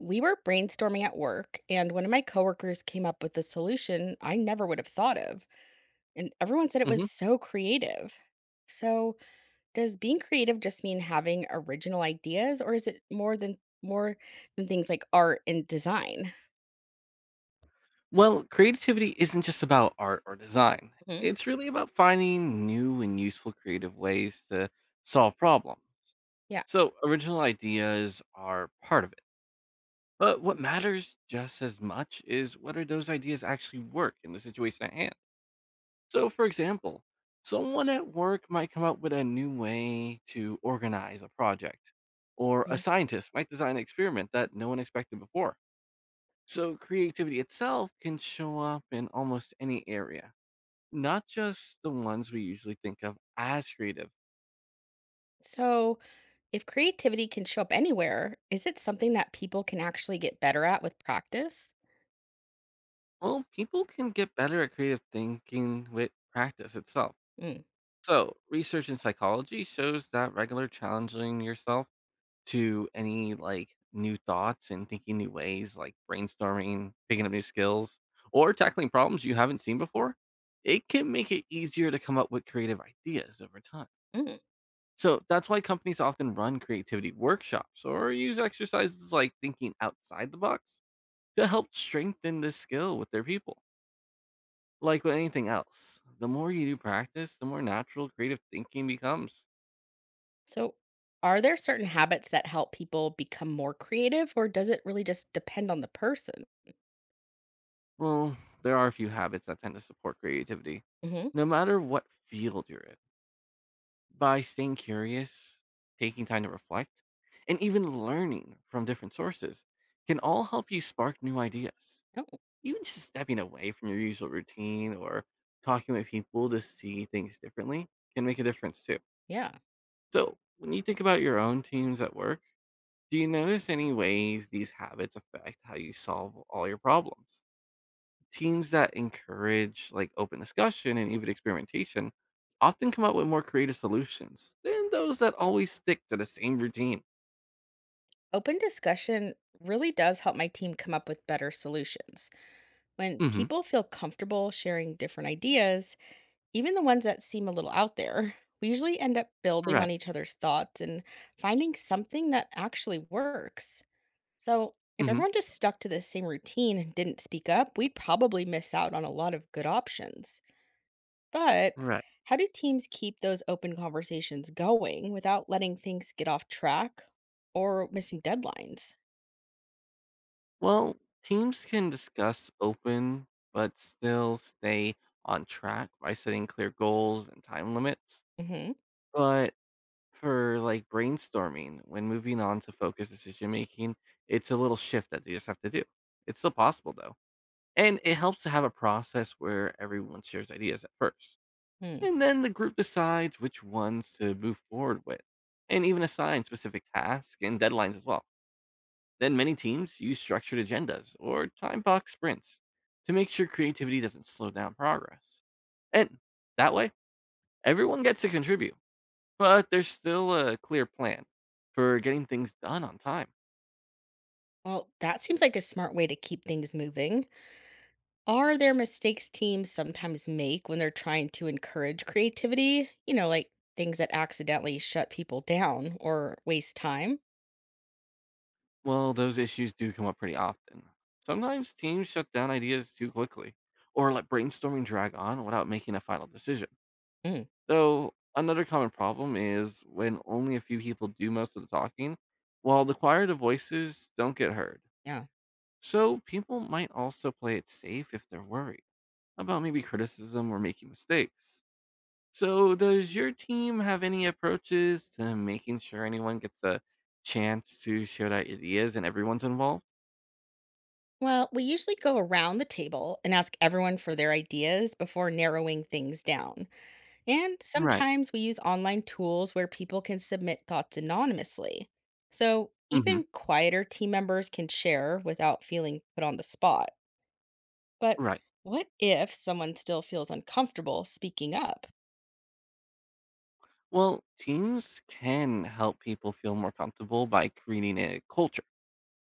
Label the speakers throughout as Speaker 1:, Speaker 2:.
Speaker 1: We were brainstorming at work, and one of my coworkers came up with a solution I never would have thought of, and everyone said it was
Speaker 2: Hmm.
Speaker 1: so creative. So, does being creative just mean having original ideas, or is it more than things like art and design?
Speaker 2: Well, creativity isn't just about art or design.
Speaker 1: Hmm.
Speaker 2: It's really about finding new and useful creative ways to solve problems.
Speaker 1: Yeah.
Speaker 2: So, original ideas are part of it. But what matters just as much is whether those ideas actually work in the situation at hand. So, for example, someone at work might come up with a new way to organize a project, or a
Speaker 1: Mhm.
Speaker 2: scientist might design an experiment that no one expected before. So, creativity itself can show up in almost any area, not just the ones we usually think of as creative.
Speaker 1: So, if creativity can show up anywhere, is it something that people can actually get better at with practice?
Speaker 2: Well, people can get better at creative thinking with practice itself.
Speaker 1: Mm.
Speaker 2: So, research in psychology shows that regular challenging yourself to any like new thoughts and thinking new ways, like brainstorming, picking up new skills, or tackling problems you haven't seen before, it can make it easier to come up with creative ideas over time. So that's why companies often run creativity workshops or use exercises like thinking outside the box to help strengthen this skill with their people. Like with anything else, the more you do practice, the more natural creative thinking becomes.
Speaker 1: So, are there certain habits that help people become more creative, or does it really just depend on the person?
Speaker 2: Well, there are a few habits that tend to support creativity,
Speaker 1: Hmm.
Speaker 2: no matter what field you're in. By staying curious, taking time to reflect, and even learning from different sources can all help you spark new ideas.
Speaker 1: Oh,
Speaker 2: Even just stepping away from your usual routine or talking with people to see things differently can make a difference too.
Speaker 1: yeah.
Speaker 2: So, when you think about your own teams at work, do you notice any ways these habits affect how you solve all your problems? Teams that encourage like open discussion and even experimentation often come up with more creative solutions than those that always stick to the same routine.
Speaker 1: Open discussion really does help my team come up with better solutions. When
Speaker 2: Mhm.
Speaker 1: people feel comfortable sharing different ideas, even the ones that seem a little out there, we usually end up building on
Speaker 2: Right.
Speaker 1: each other's thoughts and finding something that actually works. So, if
Speaker 2: Mhm.
Speaker 1: everyone just stuck to the same routine and didn't speak up, we'd probably miss out on a lot of good options. But
Speaker 2: Right.
Speaker 1: how do teams keep those open conversations going without letting things get off track or missing deadlines?
Speaker 2: Well, teams can discuss open but still stay on track by setting clear goals and time limits.
Speaker 1: Hmm.
Speaker 2: But for like brainstorming, when moving on to focused decision making, it's a little shift that they just have to do. It's still possible though. And it helps to have a process where everyone shares ideas at first.
Speaker 1: Hmm.
Speaker 2: And then the group decides which ones to move forward with, and even assign specific tasks and deadlines as well. Then many teams use structured agendas or time box sprints to make sure creativity doesn't slow down progress. And that way, everyone gets to contribute, but there's still a clear plan for getting things done on time.
Speaker 1: Well, that seems like a smart way to keep things moving. Are there mistakes teams sometimes make when they're trying to encourage creativity? Like things that accidentally shut people down or waste time?
Speaker 2: Well, those issues do come up pretty often. Sometimes teams shut down ideas too quickly or let brainstorming drag on without making a final decision.
Speaker 1: Mm,
Speaker 2: Though another common problem is when only a few people do most of the talking, while the choir of voices don't get heard.
Speaker 1: yeah.
Speaker 2: So people might also play it safe if they're worried about maybe criticism or making mistakes. So does your team have any approaches to making sure anyone gets a chance to share their ideas and everyone's involved?
Speaker 1: Well, we usually go around the table and ask everyone for their ideas before narrowing things down. And
Speaker 2: Right.
Speaker 1: sometimes we use online tools where people can submit thoughts anonymously. So
Speaker 2: Mhm.
Speaker 1: even quieter team members can share without feeling put on the spot. But
Speaker 2: Right.
Speaker 1: what if someone still feels uncomfortable speaking up?
Speaker 2: Well, teams can help people feel more comfortable by creating a culture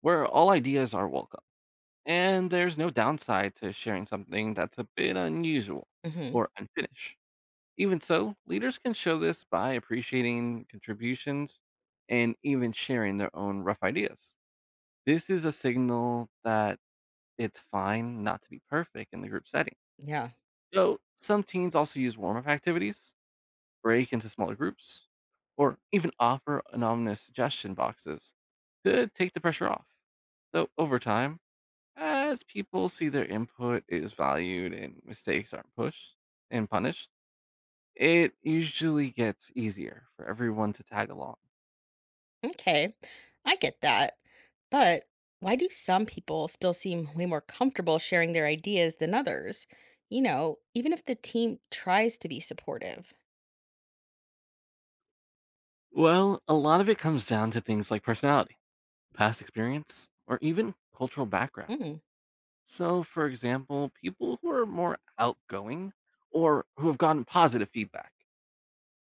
Speaker 2: where all ideas are welcome. And there's no downside to sharing something that's a bit unusual
Speaker 1: Hmm.
Speaker 2: or unfinished. Even so, leaders can show this by appreciating contributions and even sharing their own rough ideas. This is a signal that it's fine not to be perfect in the group setting.
Speaker 1: Yeah.
Speaker 2: So, some teams also use warm up activities, break into smaller groups, or even offer anonymous suggestion boxes to take the pressure off. So, over time, as people see their input is valued and mistakes aren't pushed and punished, it usually gets easier for everyone to tag along.
Speaker 1: Okay. I get that. But why do some people still seem way more comfortable sharing their ideas than others? Even if the team tries to be supportive.
Speaker 2: Well, a lot of it comes down to things like personality, past experience, or even cultural background.
Speaker 1: Mm,
Speaker 2: So, for example, people who are more outgoing or who have gotten positive feedback,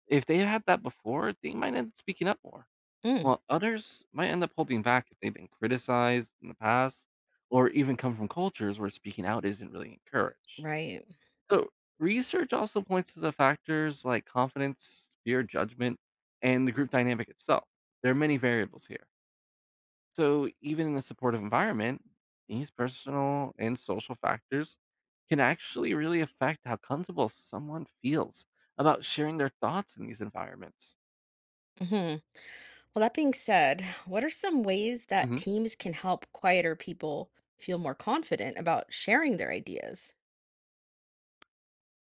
Speaker 2: if they had that before, they might end up speaking up more,
Speaker 1: mm,
Speaker 2: while others might end up holding back if they've been criticized in the past or even come from cultures where speaking out isn't really encouraged.
Speaker 1: right.
Speaker 2: So, research also points to the factors like confidence, fear, judgment, and the group dynamic itself. There are many variables here. So, even in a supportive environment, these personal and social factors can actually really affect how comfortable someone feels about sharing their thoughts in these environments.
Speaker 1: Hmm. Well, that being said, what are some ways that
Speaker 2: hmm
Speaker 1: teams can help quieter people feel more confident about sharing their ideas?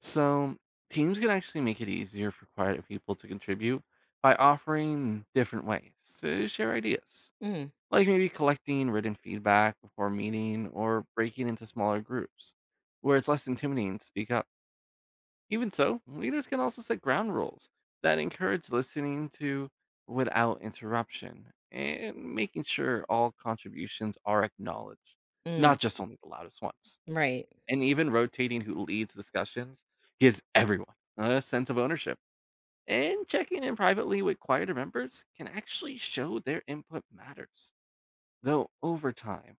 Speaker 2: So, teams can actually make it easier for quieter people to contribute by offering different ways to share ideas
Speaker 1: Mm,
Speaker 2: like maybe collecting written feedback before meeting or breaking into smaller groups where it's less intimidating to speak up. Even so, leaders can also set ground rules that encourage listening to without interruption and making sure all contributions are acknowledged,
Speaker 1: mm,
Speaker 2: not just only the loudest ones.
Speaker 1: right.
Speaker 2: And even rotating who leads discussions gives everyone a sense of ownership. And checking in privately with quieter members can actually show their input matters though over time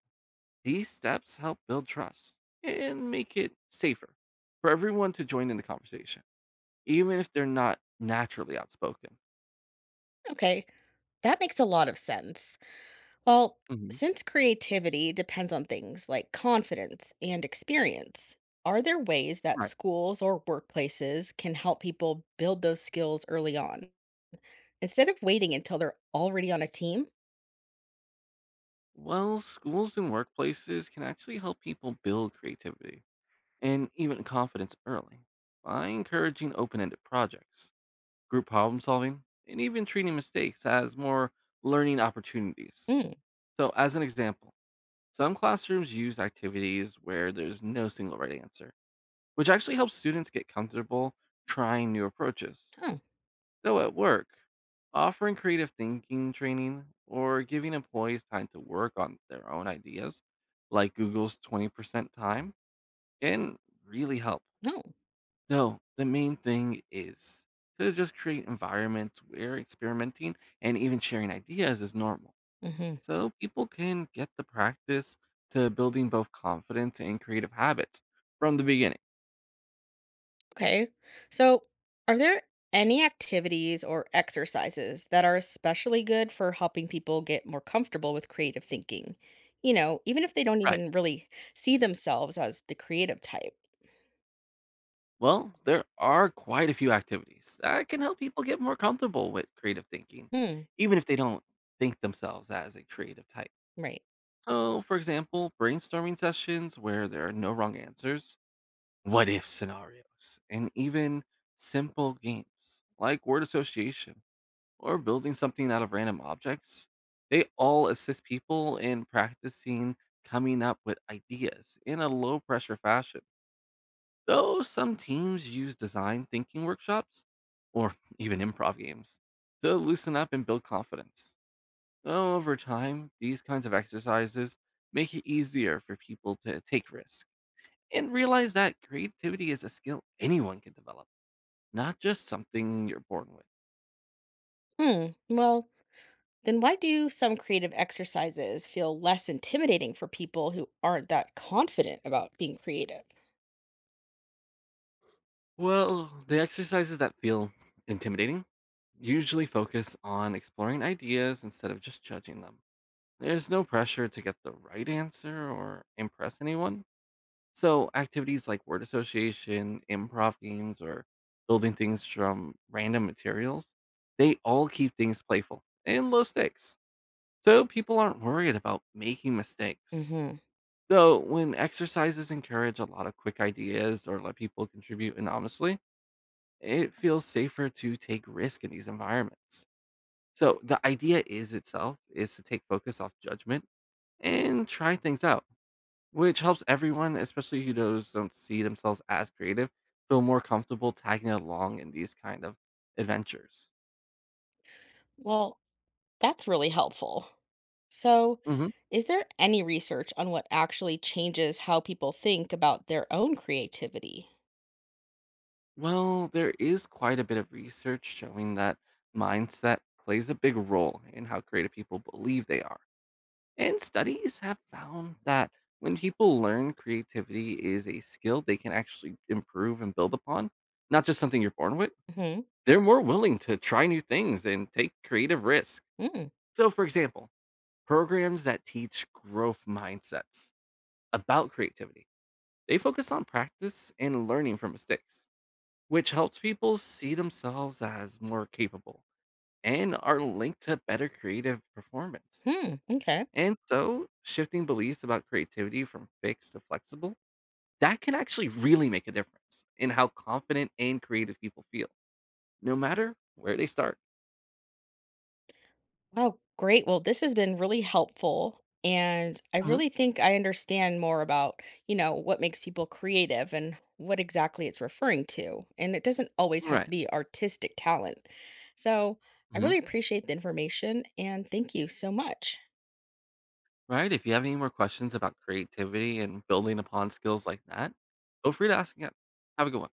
Speaker 2: these steps help build trust and make it safer for everyone to join in the conversation, even if they're not naturally outspoken.
Speaker 1: Okay, that makes a lot of sense. Well,
Speaker 2: Mhm.
Speaker 1: since creativity depends on things like confidence and experience, are there ways that
Speaker 2: Right.
Speaker 1: schools or workplaces can help people build those skills early on? Instead of waiting until they're already on a team.
Speaker 2: Well, schools and workplaces can actually help people build creativity and even confidence early by encouraging open ended projects, group problem solving, and even treating mistakes as more learning opportunities.
Speaker 1: Mm.
Speaker 2: So, as an example, some classrooms use activities where there's no single right answer which actually helps students get comfortable trying new approaches.
Speaker 1: Oh,
Speaker 2: So at work, offering creative thinking training or giving employees time to work on their own ideas, like Google's 20% time, can really help.
Speaker 1: no.
Speaker 2: So the main thing is to just create environments where experimenting and even sharing ideas is normal.
Speaker 1: Mhm.
Speaker 2: So people can get the practice to building both confidence and creative habits from the beginning.
Speaker 1: Okay. So, are there any activities or exercises that are especially good for helping people get more comfortable with creative thinking? Even if they don't
Speaker 2: Right.
Speaker 1: even really see themselves as the creative type?
Speaker 2: Well, there are quite a few activities that can help people get more comfortable with creative thinking,
Speaker 1: Hmm.
Speaker 2: even if they don't think themselves as a creative type.
Speaker 1: Right.
Speaker 2: So, for example, brainstorming sessions where there are no wrong answers, what if scenarios, and even simple games like word association or building something out of random objects. They all assist people in practicing coming up with ideas in a low pressure fashion. Though some teams use design thinking workshops or even improv games to loosen up and build confidence. Though over time, these kinds of exercises make it easier for people to take risks and realize that creativity is a skill anyone can develop, not just something you're born with.
Speaker 1: Hmm. Well, then why do some creative exercises feel less intimidating for people who aren't that confident about being creative?
Speaker 2: Well, the exercises that feel intimidating usually focus on exploring ideas instead of just judging them. There's no pressure to get the right answer or impress anyone. So, activities like word association, improv games, or building things from random materials, they all keep things playful and low stakes. So, people aren't worried about making mistakes.
Speaker 1: Hmm.
Speaker 2: Though, when exercises encourage a lot of quick ideas or let people contribute anonymously, it feels safer to take risk in these environments. So, the idea is itself is to take focus off judgment and try things out which helps everyone, especially who those don't see themselves as creative, feel more comfortable tagging along in these kind of adventures.
Speaker 1: Well, that's really helpful. So,
Speaker 2: hmm
Speaker 1: is there any research on what actually changes how people think about their own creativity?
Speaker 2: Well, there is quite a bit of research showing that mindset plays a big role in how creative people believe they are. And studies have found that when people learn creativity is a skill they can actually improve and build upon, not just something you're born with,
Speaker 1: Mhm.
Speaker 2: they're more willing to try new things and take creative risks.
Speaker 1: Hmm.
Speaker 2: So, for example, programs that teach growth mindsets about creativity. They focus on practice and learning from mistakes, which helps people see themselves as more capable and are linked to better creative performance.
Speaker 1: Hmm. Okay.
Speaker 2: And so, shifting beliefs about creativity from fixed to flexible, that can actually really make a difference in how confident and creative people feel, no matter where they start.
Speaker 1: Wow, great. Well, this has been really helpful. And I
Speaker 2: Mhm.
Speaker 1: really think I understand more about what makes people creative and what exactly it's referring to. And it doesn't always have to
Speaker 2: Right.
Speaker 1: be artistic talent. So I
Speaker 2: Mhm.
Speaker 1: really appreciate the information and thank you so much.
Speaker 2: Right. If you have any more questions about creativity and building upon skills like that, feel free to ask again. Have a good one.